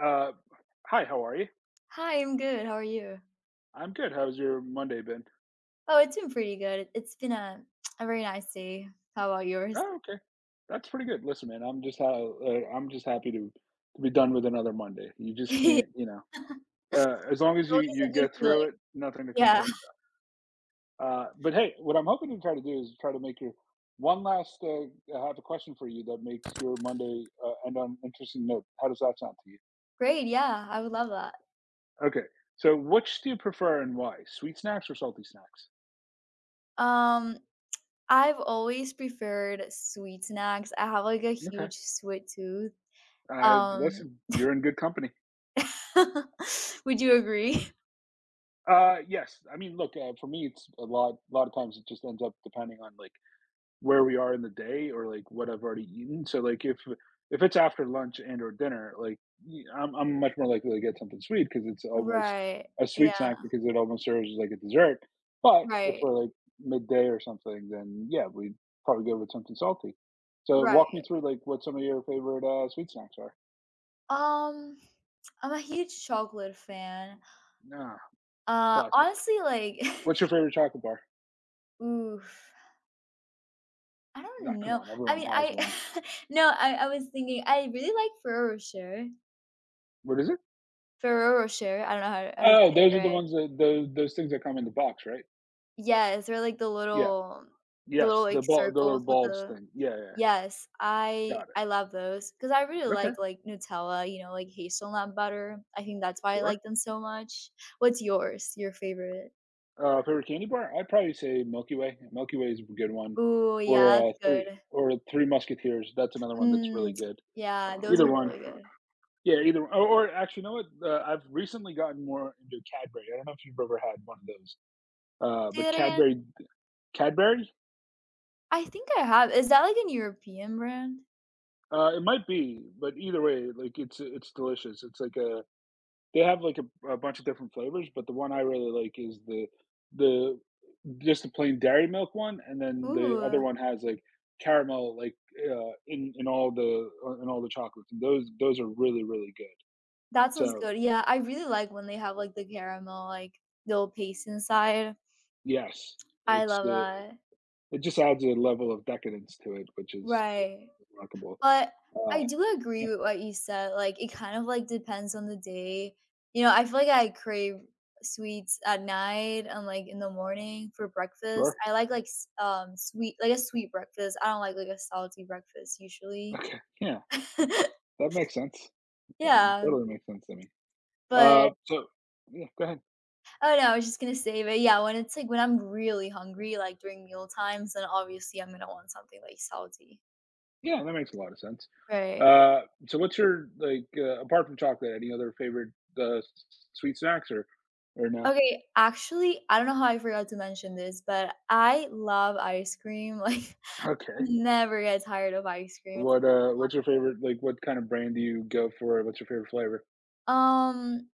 Uh, hi, how are you? Hi, I'm good. How are you? I'm good. How's your Monday been? Oh, it's been pretty good. It's been a very nice day. How about yours? Oh, okay. That's pretty good. Listen, man, I'm just happy to be done with another Monday. You just can't, As long It's as you always you a good get through feeling. it, nothing to Yeah. complain about. But hey, what I'm hoping to try to do is try to make your one last. I have a question for you that makes your Monday end on an interesting note. How does that sound to you? Great. Yeah, I would love that. Okay. So, which do you prefer and why? Sweet snacks or salty snacks? Um, I've always preferred sweet snacks. I have like a Okay. huge sweet tooth. Um, Listen, you're in good company. would you agree? Yes. I mean, look, for me, it's a lot. A lot of times, it just ends up depending on like where we are in the day or like what I've already eaten. So, like, if it's after lunch and or dinner, like I'm much more likely to get something sweet because it's almost Right. a sweet Yeah. snack because it almost serves as like a dessert. But if Right. we're like midday or something, then yeah, we'd probably go with something salty. So, walk me Right. through like what some of your favorite sweet snacks are. Um, I'm a huge chocolate fan. Nah, classic. Honestly, like, What's your favorite chocolate bar? oof. I Nah, don't come know. on, I everyone mean, has I one. no, I was thinking I really like Ferrero Rocher. What is it? Ferrero Rocher. I don't know how to Oh, say it those are the right. ones that those things that come in the box, right? Yes, they're like Yeah. The little Yes, the like circles with balls the thing. Yeah, yeah. yes. Yeah. I Got it. I love those because I really Okay, like Nutella. You know, like hazelnut butter. I think that's why I like sure. them so much. What's yours? Your favorite? Favorite candy bar? I'd probably say Milky Way. Milky Way is a good one. Ooh, Or yeah, that's good. Three Musketeers. That's another one that's Mm, really good. yeah, those Either are one. really good. Yeah, either one. Or actually, you know what? I've recently gotten more into Cadbury. I don't know if you've ever had one of those. Say But that again. Cadbury. Cadbury? I think I have. Is that like an European brand? It might be, but either way, like it's delicious. It's like a. They have, like, a bunch of different flavors, but the one I really like is the just the plain Dairy Milk one, and then the Ooh. other one has, like, caramel, like, in all the chocolates, and those are really, really good. That sounds So, good. Yeah, I really like when they have, like, the caramel, like, little paste inside. yes, I it's, love uh, that. it just adds a level of decadence to it, which is just Right. remarkable. But Uh, I do agree yeah, with what you said, like, it kind of, like, depends on the day. You know, I feel like I crave sweets at night and, like, in the morning for breakfast. sure. I like, s sweet like, a sweet breakfast. I don't like, a salty breakfast usually. Okay, yeah, that makes sense. That Yeah, totally makes sense to me. But So yeah, go ahead. oh, no, I was just gonna say, but yeah, when it's like when I'm really hungry, like during meal times, then obviously I'm gonna want something like salty. Yeah, that makes a lot of sense. Right. Uh, so what's your like, apart from chocolate, any other favorite, s sweet snacks or no? Okay, actually, I don't know how I forgot to mention this, but I love ice cream. Like, I Okay. never get tired of ice cream. It's What, what's your favorite like, what kind of brand do you go for? What's your favorite flavor? like,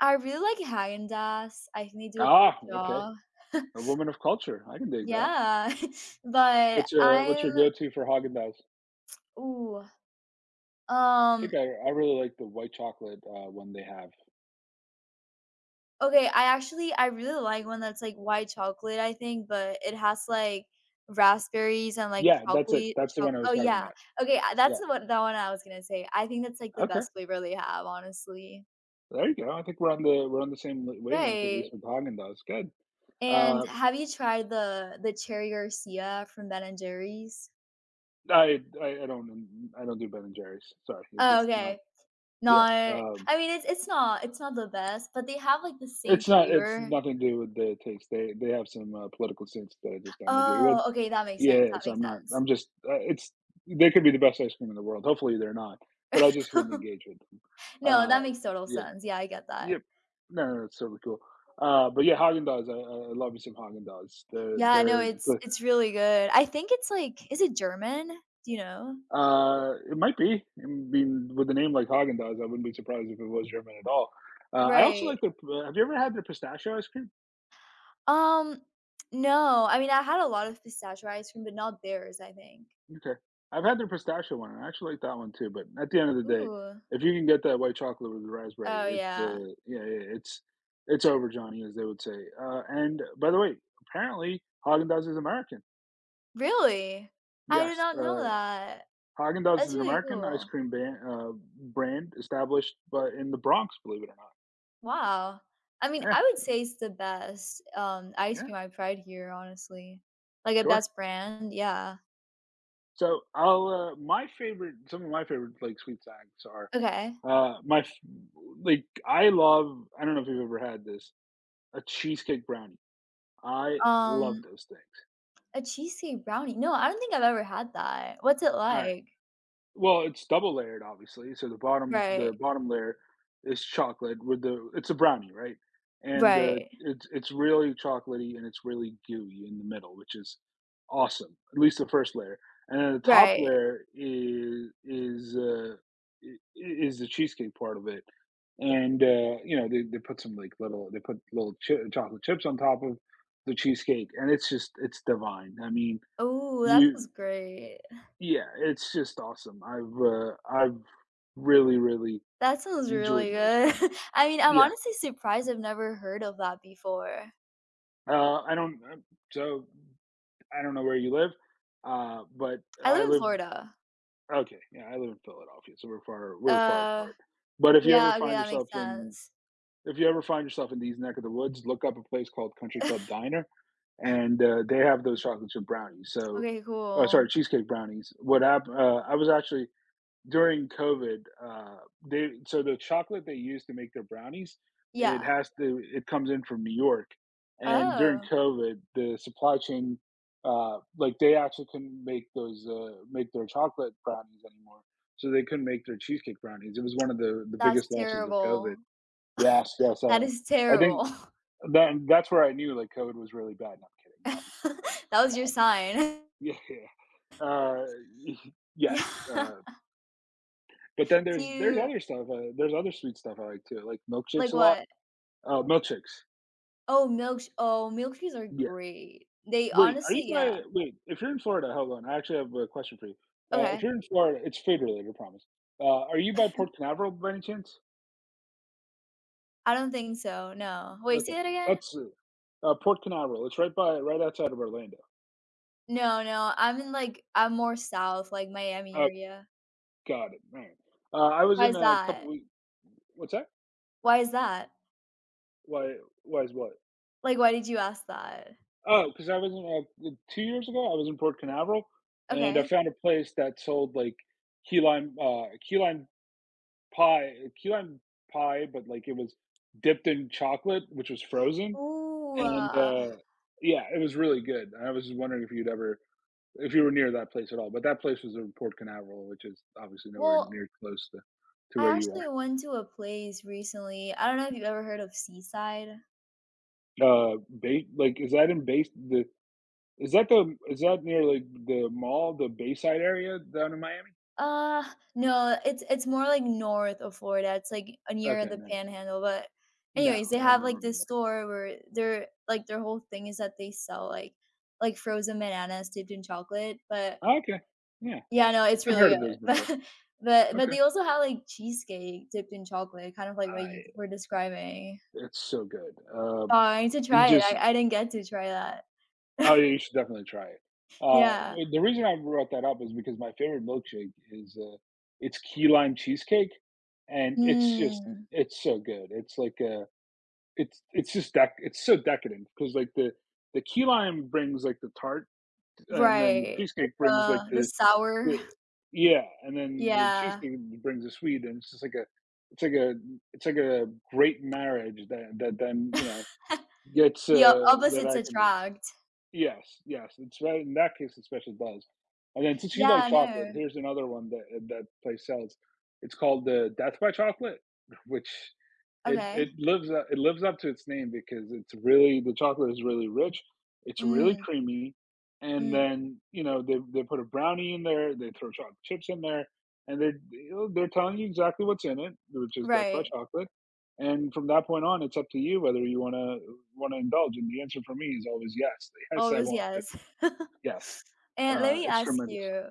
I really like Häagen-Dazs. I think they do a great Ah, okay. job. A woman of culture. I can dig that. Yeah, but What's your I'm go-to for Häagen-Dazs? I ooh, um, think I really like the white chocolate, one they have. okay, I actually I really like one that's, like, white chocolate, I think, but it has, like, raspberries and, like, Yeah, that's it. chocolate That's the cho one I oh, was talking yeah. about. Okay, I Yeah. that's the one that one I was gonna say. I think that's, like, the Okay. best flavor they have, honestly. There you go. I think we're on the same l wavelength, at least Right, with Häagen-Dazs. Good. and Uh, have you tried the Cherry Garcia from Ben& and Jerry's? I don't, I don't do Ben& and Jerry's. Sorry, it's Oh, just not okay. yeah, Not um, I mean, it's not the best, but they have, like, the same it's flavor. nothing to do with the taste. They have some, political stance that I just don't agree with. Oh, okay, that makes sense, Yeah, that so makes I'm not sense. I'm just it's they could be the best ice cream in the world. Hopefully, they're not, but I just wouldn't engage with them. No, Uh, that makes total yeah. sense. Yeah, I get that. Yep. No, no, no, it's totally cool. But yeah, Häagen-Dazs, I love me some Häagen-Dazs. Yeah, no, They're it's really good. I think it's like is it German? Do you know? It might be. I mean, with a name like Haagen Dazs, I wouldn't be surprised if it was German at all. I also Right. like their. Have you ever had their pistachio ice cream? Um, no, I mean, I had a lot of pistachio ice cream, but not theirs, I think. Okay, I've had their pistachio one, and I actually like that one too. But at the end of the day, Ooh. if you can get that white chocolate with the raspberry, Oh, it's yeah. Yeah, yeah, it's over, Johnny, as they would say. And by the way, apparently Haagen Dazs is American. Really? I did Yes, not know that. Haagen Dazs is That's an really American cool. Brand established, but in the Bronx, believe it or Wow. I mean, not. I would say it's the best, ice Yeah, yeah, cream I've tried here, honestly. Like, a sure. best brand, yeah. So I'll, my favorite some of my favorite, like, sweet snacks are, Okay. My f like, I love I don't know if you've ever had this, a cheesecake brownie. I love Um, those things. a cheesecake brownie. No, I don't think I've ever had that. What's it Alright. like? Well, it's double layered, obviously. So the bottom Right. the bottom layer is chocolate with the it's a brownie, right? And the Right, it's really chocolatey and it's really gooey in the middle, which is awesome. At least the first layer, and then the top right. layer is the cheesecake part of it. And you know they put some like little they put little chi chocolate chips on top of the cheesecake, and it's just it's divine. I mean, Oh, that sounds you great. yeah, it's just awesome. I've really, really That sounds really enjoyed those. good. I mean, I'm Yeah, honestly surprised I've never heard of that before. I don't so I don't know where you live, but I live I in live Florida. okay, yeah, I live in Philadelphia, so we're far Uh, apart. But if you ever yeah, okay, find that makes yourself in sense. if you ever find yourself in these neck of the woods, look up a place called Country Club Diner, and, they have those chocolate chip brownies, so Okay, oh, cool. sorry, cheesecake brownies. What hap I was actually during COVID, they so the chocolate they use to make their brownies, it Yeah. has to it comes in from New York, and during Oh, COVID, the supply chain, like they actually couldn't make those make their chocolate brownies anymore, so they couldn't make their cheesecake brownies. It was one of the that's biggest losses of COVID. terrible. Yes, yes, That is I think terrible. that that's where I knew like COVID was really bad. No, I'm kidding, obviously COVID. That was your sign. Yeah, yeah. Yes, Yeah. But then Do there's you other stuff, there's other sweet stuff I like too, I like like milkshakes a lot. what? Milkshakes, Oh, milk oh, milkshakes are yeah. great. They Wait, are you honestly, yeah. by wait, if you're in Florida hold on, I actually have a question for you. If Okay. you're in Florida it's food related, I promise. Are you by Port Canaveral by any chance? I don't think so, no. Wait, say Okay, that again? that's, Port Canaveral, it's right outside of Orlando. No, no, I'm in, like I'm more south, like Miami Oh, area. got it, man. I was Why in is a couple that? week what's that? Why is that? Why why is what? Like, why did you ask that? Oh, because I was in, 2 years ago, I was in Port Canaveral, and I Okay. found a place that sold, like, key lime, uh, key lime key lime pie, but, like, it was dipped in chocolate, which was frozen, Ooh, and, yeah, it was really good, and I was just wondering if you were near that place at all, but that place was in Port Canaveral, which is obviously nowhere well, near close to I where you are. actually went to a place recently, I don't know if you've ever heard of Seaside? Bay like, is that in base? The is that near, like, the mall, the Bayside area down in Miami? Uh, no, it's more like north of Florida. It's like near Okay, the no. Panhandle, but No, anyways, they I've have like never been this store where they're like their whole thing is that they sell like frozen bananas dipped in chocolate. But there. Oh, Okay, yeah, yeah, no, it's I've really heard of those before. good. But but Okay. they also have like cheesecake dipped in chocolate, kind of like what you I. were describing. It's so good. Oh, I need to And try it. just I didn't get to try that. oh, yeah, you should definitely try it. Yeah. Well, the reason I brought that up is because my favorite milkshake is, it's key lime cheesecake, and it's just Mm, it's so good. It's like a it's just dec it's so decadent because like the key lime brings like the tart, and then the right. Like cheesecake brings like the the. sour. Yeah. Yeah, and then the Yeah. cheesecake brings a sweet, and it's just like a it's like a it's like a great marriage that that then, you know, Yeah, that opposites I can do. attract. Yes, yes, it's right in that case, it especially does. And then since you Yeah, like I chocolate, know. here's another one that that place sells. It's called the Death by Chocolate, which it Okay. It lives up to its name because it's really the chocolate is really rich, it's really Mm, creamy, and mm, then, you know, they put a brownie in there, they throw chocolate chips in there, and they're telling you exactly what's in it, which is Death by right. Chocolate, and from that point on it's up to you whether you want to indulge, and the answer for me is always yes. Yes, I Always, want this. yes. Yes. And let me It's ask tremendous. you,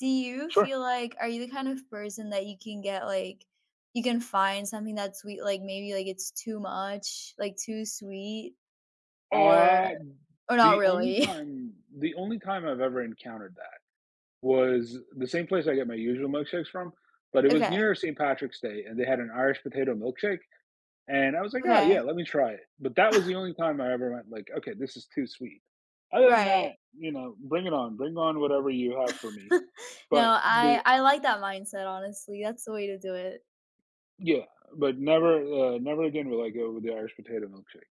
do you Sure. feel like are you the kind of person that you can get, like you can find something that's sweet, like, maybe, like, it's too much, like, too sweet? uh, Or or not the only really? time the only time I've ever encountered that was the same place I get my usual milkshakes from, but it was Okay, near St Patrick's Day and they had an Irish potato milkshake, and I was like, oh yeah, okay. let me try it. But that was the only time I ever went like, okay, this is too sweet. Other than Right. that, you know, bring it on, bring on whatever you have for me. No, But I the. I like that mindset, honestly, that's the way to do it. Yeah, but never again will I go with the Irish potato milkshake.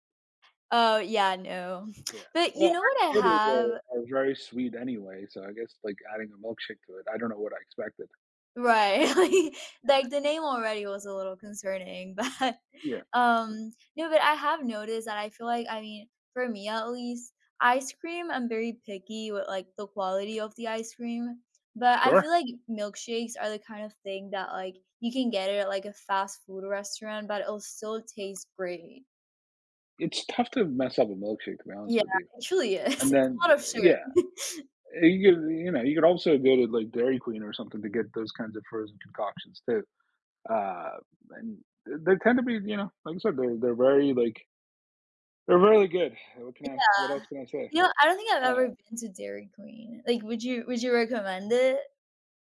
Oh, yeah, no. Yeah. But you Well, know what I Irish potatoes have are very sweet anyway, so I guess like adding a milkshake to it, I don't know what I expected. right, like, the name already was a little concerning, but, Yeah. Yeah. No, but I have noticed that I feel like I mean, for me at least, ice cream, I'm very picky with, like, the quality of the ice cream, but I feel Sure. like milkshakes are the kind of thing that, like, you can get it at, like, a fast food restaurant, but it'll still taste great. It's tough to mess up a milkshake, to be honest Yeah, with you. it truly is. And It's a lot then, of sugar. yeah, you could, you know, you could also go to like Dairy Queen or something to get those kinds of frozen concoctions too. Uh, and they tend to be, you know, like I said, they're very like they're really good. What can I? What else can I say? You know, I don't think I've Uh, ever been to Dairy Queen. Like, would you recommend it?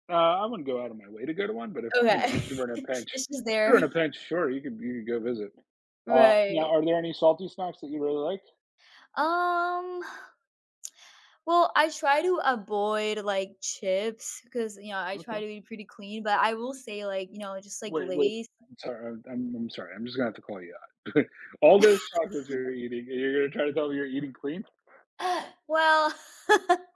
I wouldn't go out of my way to go to one, but if, you know, Okay. if you were in a pinch It's just if you are there. in a pinch, sure, you could go visit. Now Right. are there any salty snacks that you really like? Um, well, I try to avoid, like, chips because you know, I try Okay. to be pretty clean, but I will say, like, you know, just, like, Wait, wait. Lay's I'm sorry, I'm sorry, I'm just gonna have to call you out. All those chocolates you're eating, and you're gonna try to tell me you're eating clean? well,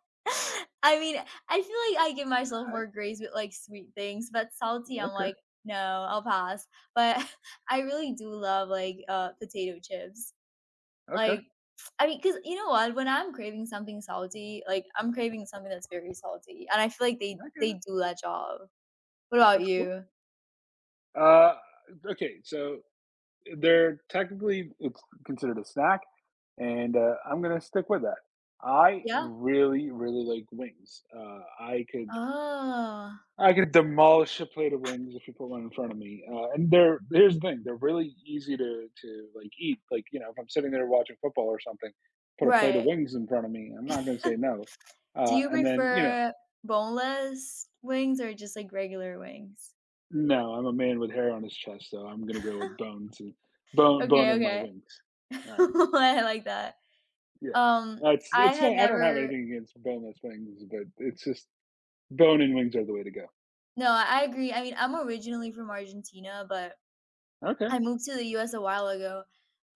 I mean, I feel like I give myself more grace with, like, sweet things, but I salty, I'm okay, like, "No, I'll pass." But I really do love, like, potato chips. okay. Like, I mean because you know what? When I'm craving something salty, like, I'm craving something that's very salty, and I feel like they I get they it. do that job. What about That's cool. you? Uh, okay, so they're technically it's considered a snack, and, I'm gonna stick with that. I Yeah? really, really like wings. Oh, I could demolish a plate of wings if you put one in front of me, and they're here's the thing, they're really easy to like, eat, like, you know, if I'm sitting there watching football or something, put a plate of right. wings in front of me, I'm not gonna say no, Do you and then, you know, prefer boneless wings or just, like, regular wings? no, I'm a man with hair on his chest, so I'm gonna go with bones and bone Okay, bone in my okay. wings. Alright, I like that. yeah. Um, Uh, it's I it's had not I don't have never anything against boneless wings, but it's just bone and wings are the way to go. no, I agree. I mean, I'm originally from Argentina, but Okay. I moved to the US a while ago,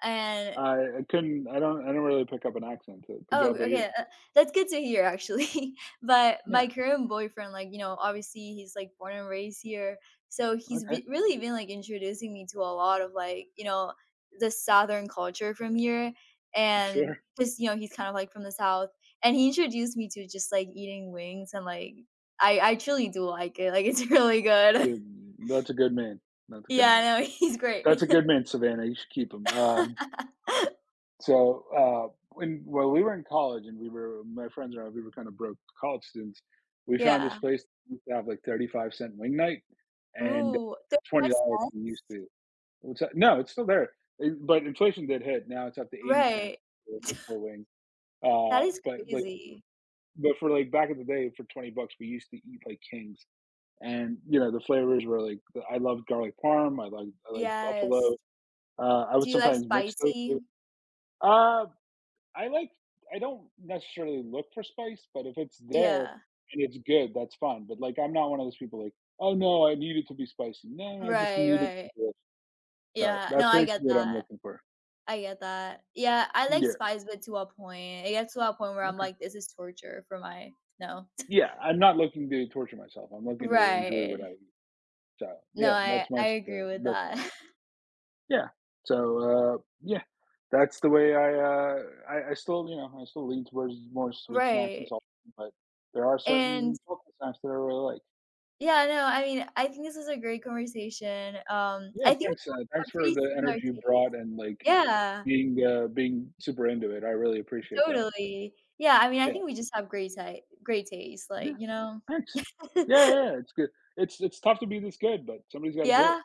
and I couldn't I don't really pick up an accent, so good oh, job by you. okay, that's good to hear actually. But Yeah, my current boyfriend, like, you know, obviously he's like born and raised here. So okay. Really been like introducing me to a lot of like, you know, the Southern culture from here. And Sure. just, you know, he's kind of like from the South. And he introduced me to just like eating wings and like, I truly do like it. Like, it's really good. Good. That's a good man. That's a good Yeah, I man. know. He's great. That's a good man, Savannah. You should keep him. Uh, so uh, when well, we were in college, and we were my friends and I. We were kind of broke college students. We found this Yeah. place that used to have like 35-cent wing night, and Ooh, for twenty 35 dollars we used cents? to. What's that? No, it's still there. It- but inflation did hit. Now it's up to 80-cent Right. per per wing. That Uh, is but like, crazy. but for like back in the day, for $20 we used to eat like kings, and you know the flavors were like I loved garlic parm. I like Yes. buffalo. I Do would you like sometimes mix those spicy? two. Uh, I like I don't necessarily look for spice, but if it's there Yeah. and it's good, that's fine. But like I'm not one of those people like, oh no, I need it to be spicy. No, I just Right, need it to be right. delicious. So Yeah, no, that's I get basically what I'm that. looking for. I get that. Yeah, I like Yeah. spice, but to a point. It gets to a point where I'm Okay. like, this is torture for my no. Yeah, I'm not looking to torture myself. I'm looking to enjoy Right. what I eat. So No, yeah, I I agree with that's that. my. Yeah. So, yeah, that's the way I, I still, you know, I still lean towards more sweet snacks and Right. salt, but there are And certain salty snacks that I really like. yeah, no, I mean, I think this is a great conversation. Yeah, I think we thanks, have thanks a for pretty the similar energy you taste. brought and, like, Yeah, being, being super into it. I really appreciate that. totally. Yeah, I mean, I Yeah. think we just have great taste, like, Yeah, you know? thanks. Yeah, yeah, it's good. It's tough to be this good, but somebody's gotta do it. Yeah.